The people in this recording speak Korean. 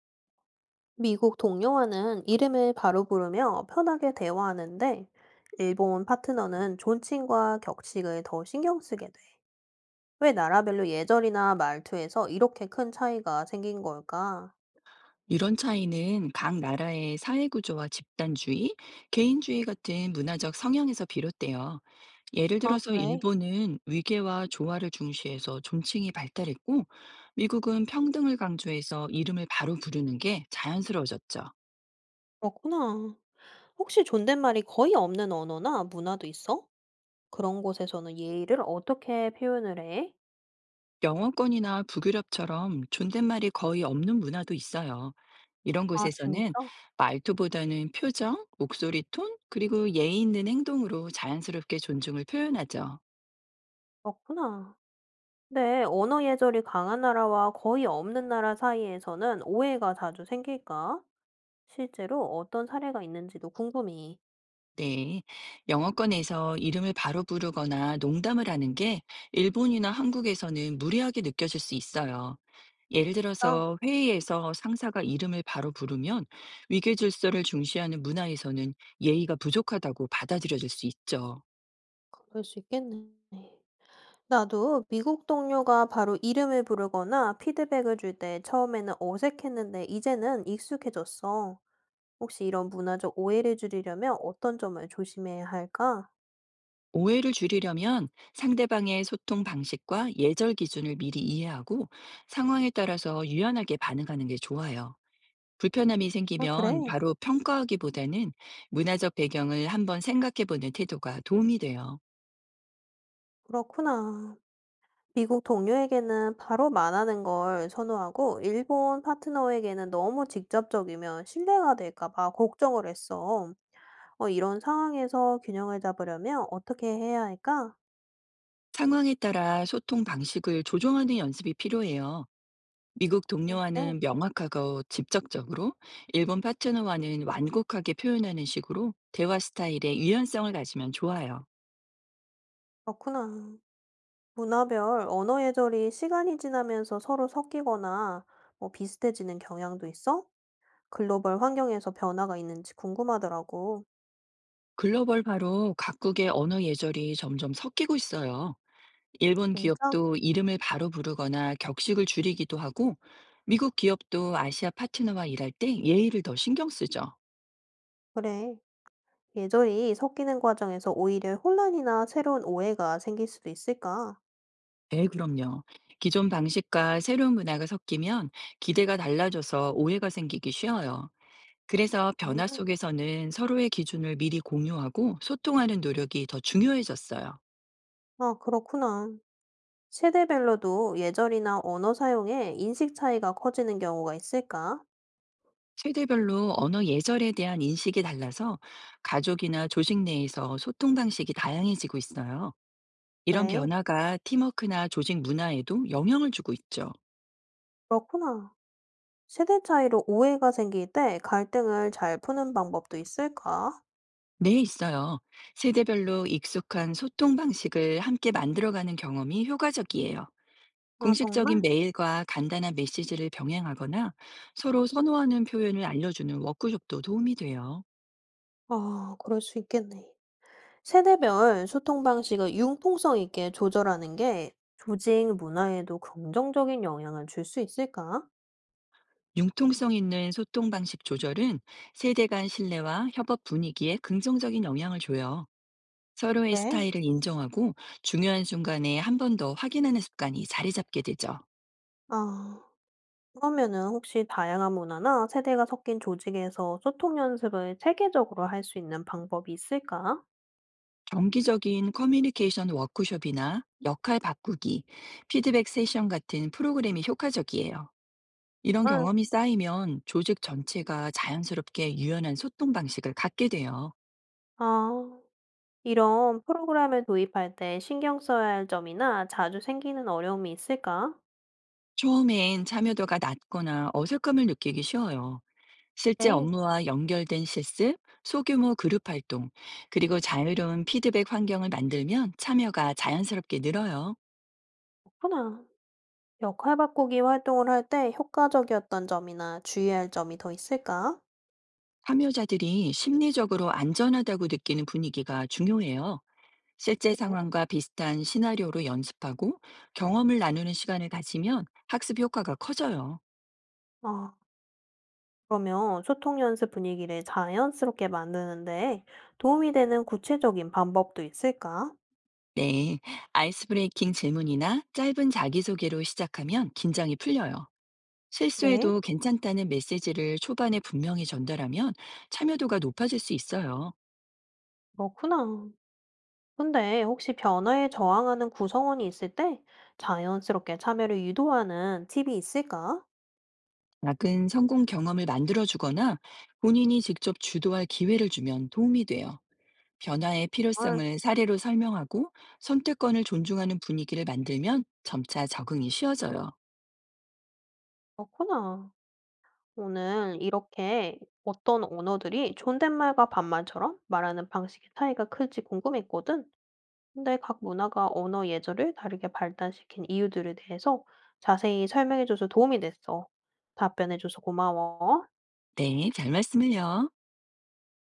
미국 동료와는 이름을 바로 부르며 편하게 대화하는데, 일본 파트너는 존칭과 격식을 더 신경 쓰게 돼. 왜 나라별로 예절이나 말투에서 이렇게 큰 차이가 생긴 걸까? 이런 차이는 각 나라의 사회구조와 집단주의, 개인주의 같은 문화적 성향에서 비롯돼요. 예를 아, 들어서 그래? 일본은 위계와 조화를 중시해서 존칭이 발달했고, 미국은 평등을 강조해서 이름을 바로 부르는 게 자연스러워졌죠. 그렇구나. 혹시 존댓말이 거의 없는 언어나 문화도 있어? 그런 곳에서는 예의를 어떻게 표현을 해? 영어권이나 북유럽처럼 존댓말이 거의 없는 문화도 있어요. 이런 아, 곳에서는 진짜? 말투보다는 표정, 목소리 톤, 그리고 예의 있는 행동으로 자연스럽게 존중을 표현하죠. 그렇구나. 근데 언어 예절이 강한 나라와 거의 없는 나라 사이에서는 오해가 자주 생길까? 실제로 어떤 사례가 있는지도 궁금해. 네. 영어권에서 이름을 바로 부르거나 농담을 하는 게 일본이나 한국에서는 무례하게 느껴질 수 있어요. 예를 아, 들어서 회의에서 상사가 이름을 바로 부르면 위계 질서를 중시하는 문화에서는 예의가 부족하다고 받아들여질 수 있죠. 그럴 수 있겠네. 나도 미국 동료가 바로 이름을 부르거나 피드백을 줄 때 처음에는 어색했는데 이제는 익숙해졌어. 혹시 이런 문화적 오해를 줄이려면 어떤 점을 조심해야 할까? 오해를 줄이려면 상대방의 소통 방식과 예절 기준을 미리 이해하고 상황에 따라서 유연하게 반응하는 게 좋아요. 불편함이 아, 생기면 그래. 바로 평가하기보다는 문화적 배경을 한번 생각해 보는 태도가 도움이 돼요. 그렇구나. 미국 동료에게는 바로 말하는 걸 선호하고, 일본 파트너에게는 너무 직접적이면 신뢰가 될까 봐 걱정을 했어. 이런 상황에서 균형을 잡으려면 어떻게 해야 할까? 상황에 따라 소통 방식을 조정하는 연습이 필요해요. 미국 아, 그래? 동료와는 명확하고 직접적으로, 일본 파트너와는 완곡하게 표현하는 식으로 대화 스타일의 유연성을 가지면 좋아요. 그렇구나. 문화별 언어 예절이 시간이 지나면서 서로 섞이거나 비슷해지는 경향도 있어? 글로벌 환경에서 변화가 있는지 궁금하더라고. 글로벌 바로 각국의 언어 예절이 점점 섞이고 있어요. 일본 진짜? 기업도 이름을 바로 부르거나 격식을 줄이기도 하고, 미국 기업도 아시아 파트너와 일할 때 예의를 더 신경 쓰죠. 그래. 예절이 섞이는 과정에서 오히려 혼란이나 새로운 오해가 생길 수도 있을까? 네, 그럼요. 기존 방식과 새로운 문화가 섞이면 기대가 달라져서 오해가 생기기 쉬워요. 그래서 변화 정말? 속에서는 서로의 기준을 미리 공유하고 소통하는 노력이 더 중요해졌어요. 아, 그렇구나. 세대별로도 예절이나 언어 사용에 인식 차이가 커지는 경우가 있을까? 세대별로 언어 예절에 대한 인식이 달라서 가족이나 조직 내에서 소통 방식이 다양해지고 있어요. 이런 그래. 변화가 팀워크나 조직 문화에도 영향을 주고 있죠. 그렇구나. 세대 차이로 오해가 생길 때 갈등을 잘 푸는 방법도 있을까? 네, 있어요. 세대별로 익숙한 소통 방식을 함께 만들어가는 경험이 효과적이에요. 아, 정말? 공식적인 메일과 간단한 메시지를 병행하거나 서로 선호하는 표현을 알려주는 워크숍도 도움이 돼요. 아, 그럴 수 있겠네. 세대별 소통 방식을 융통성 있게 조절하는 게 조직 문화에도 긍정적인 영향을 줄 수 있을까? 융통성 있는 소통 방식 조절은 세대 간 신뢰와 협업 분위기에 긍정적인 영향을 줘요. 서로의 왜? 스타일을 인정하고 중요한 순간에 한 번 더 확인하는 습관이 자리 잡게 되죠. 아, 그러면은 혹시 다양한 문화나 세대가 섞인 조직에서 소통 연습을 체계적으로 할 수 있는 방법이 있을까? 정기적인 커뮤니케이션 워크숍이나 역할 바꾸기, 피드백 세션 같은 프로그램이 효과적이에요. 이런 응, 경험이 쌓이면 조직 전체가 자연스럽게 유연한 소통 방식을 갖게 돼요. 아. 이런 프로그램을 도입할 때 신경 써야 할 점이나 자주 생기는 어려움이 있을까? 처음엔 참여도가 낮거나 어색함을 느끼기 쉬워요. 실제 에이, 업무와 연결된 실습, 소규모 그룹 활동, 그리고 자유로운 피드백 환경을 만들면 참여가 자연스럽게 늘어요. 그렇구나. 역할 바꾸기 활동을 할 때 효과적이었던 점이나 주의해야 할 점이 더 있을까? 참여자들이 심리적으로 안전하다고 느끼는 분위기가 중요해요. 실제 네. 상황과 비슷한 시나리오로 연습하고 경험을 나누는 시간을 가지면 학습 효과가 커져요. 아, 그러면 소통 연습 분위기를 자연스럽게 만드는데 도움이 되는 구체적인 방법도 있을까? 네. 아이스 브레이킹 질문이나 짧은 자기소개로 시작하면 긴장이 풀려요. 네. 실수해도 괜찮다는 메시지를 초반에 분명히 전달하면 참여도가 높아질 수 있어요. 그렇구나. 근데 혹시 변화에 저항하는 구성원이 있을 때 자연스럽게 참여를 유도하는 팁이 있을까? 작은 성공 경험을 만들어주거나 본인이 직접 주도할 기회를 주면 도움이 돼요. 변화의 아, 필요성을 사례로 설명하고 선택권을 존중하는 분위기를 만들면 점차 적응이 쉬워져요. 그렇구나. 오늘 이렇게 어떤 언어들이 존댓말과 반말처럼 말하는 방식의 차이가 클지 궁금했거든. 근데 각 문화가 언어 예절을 다르게 발달시킨 이유들에 대해서 자세히 설명해줘서 도움이 됐어. 답변해줘서 고마워. 네, 잘 말씀을요.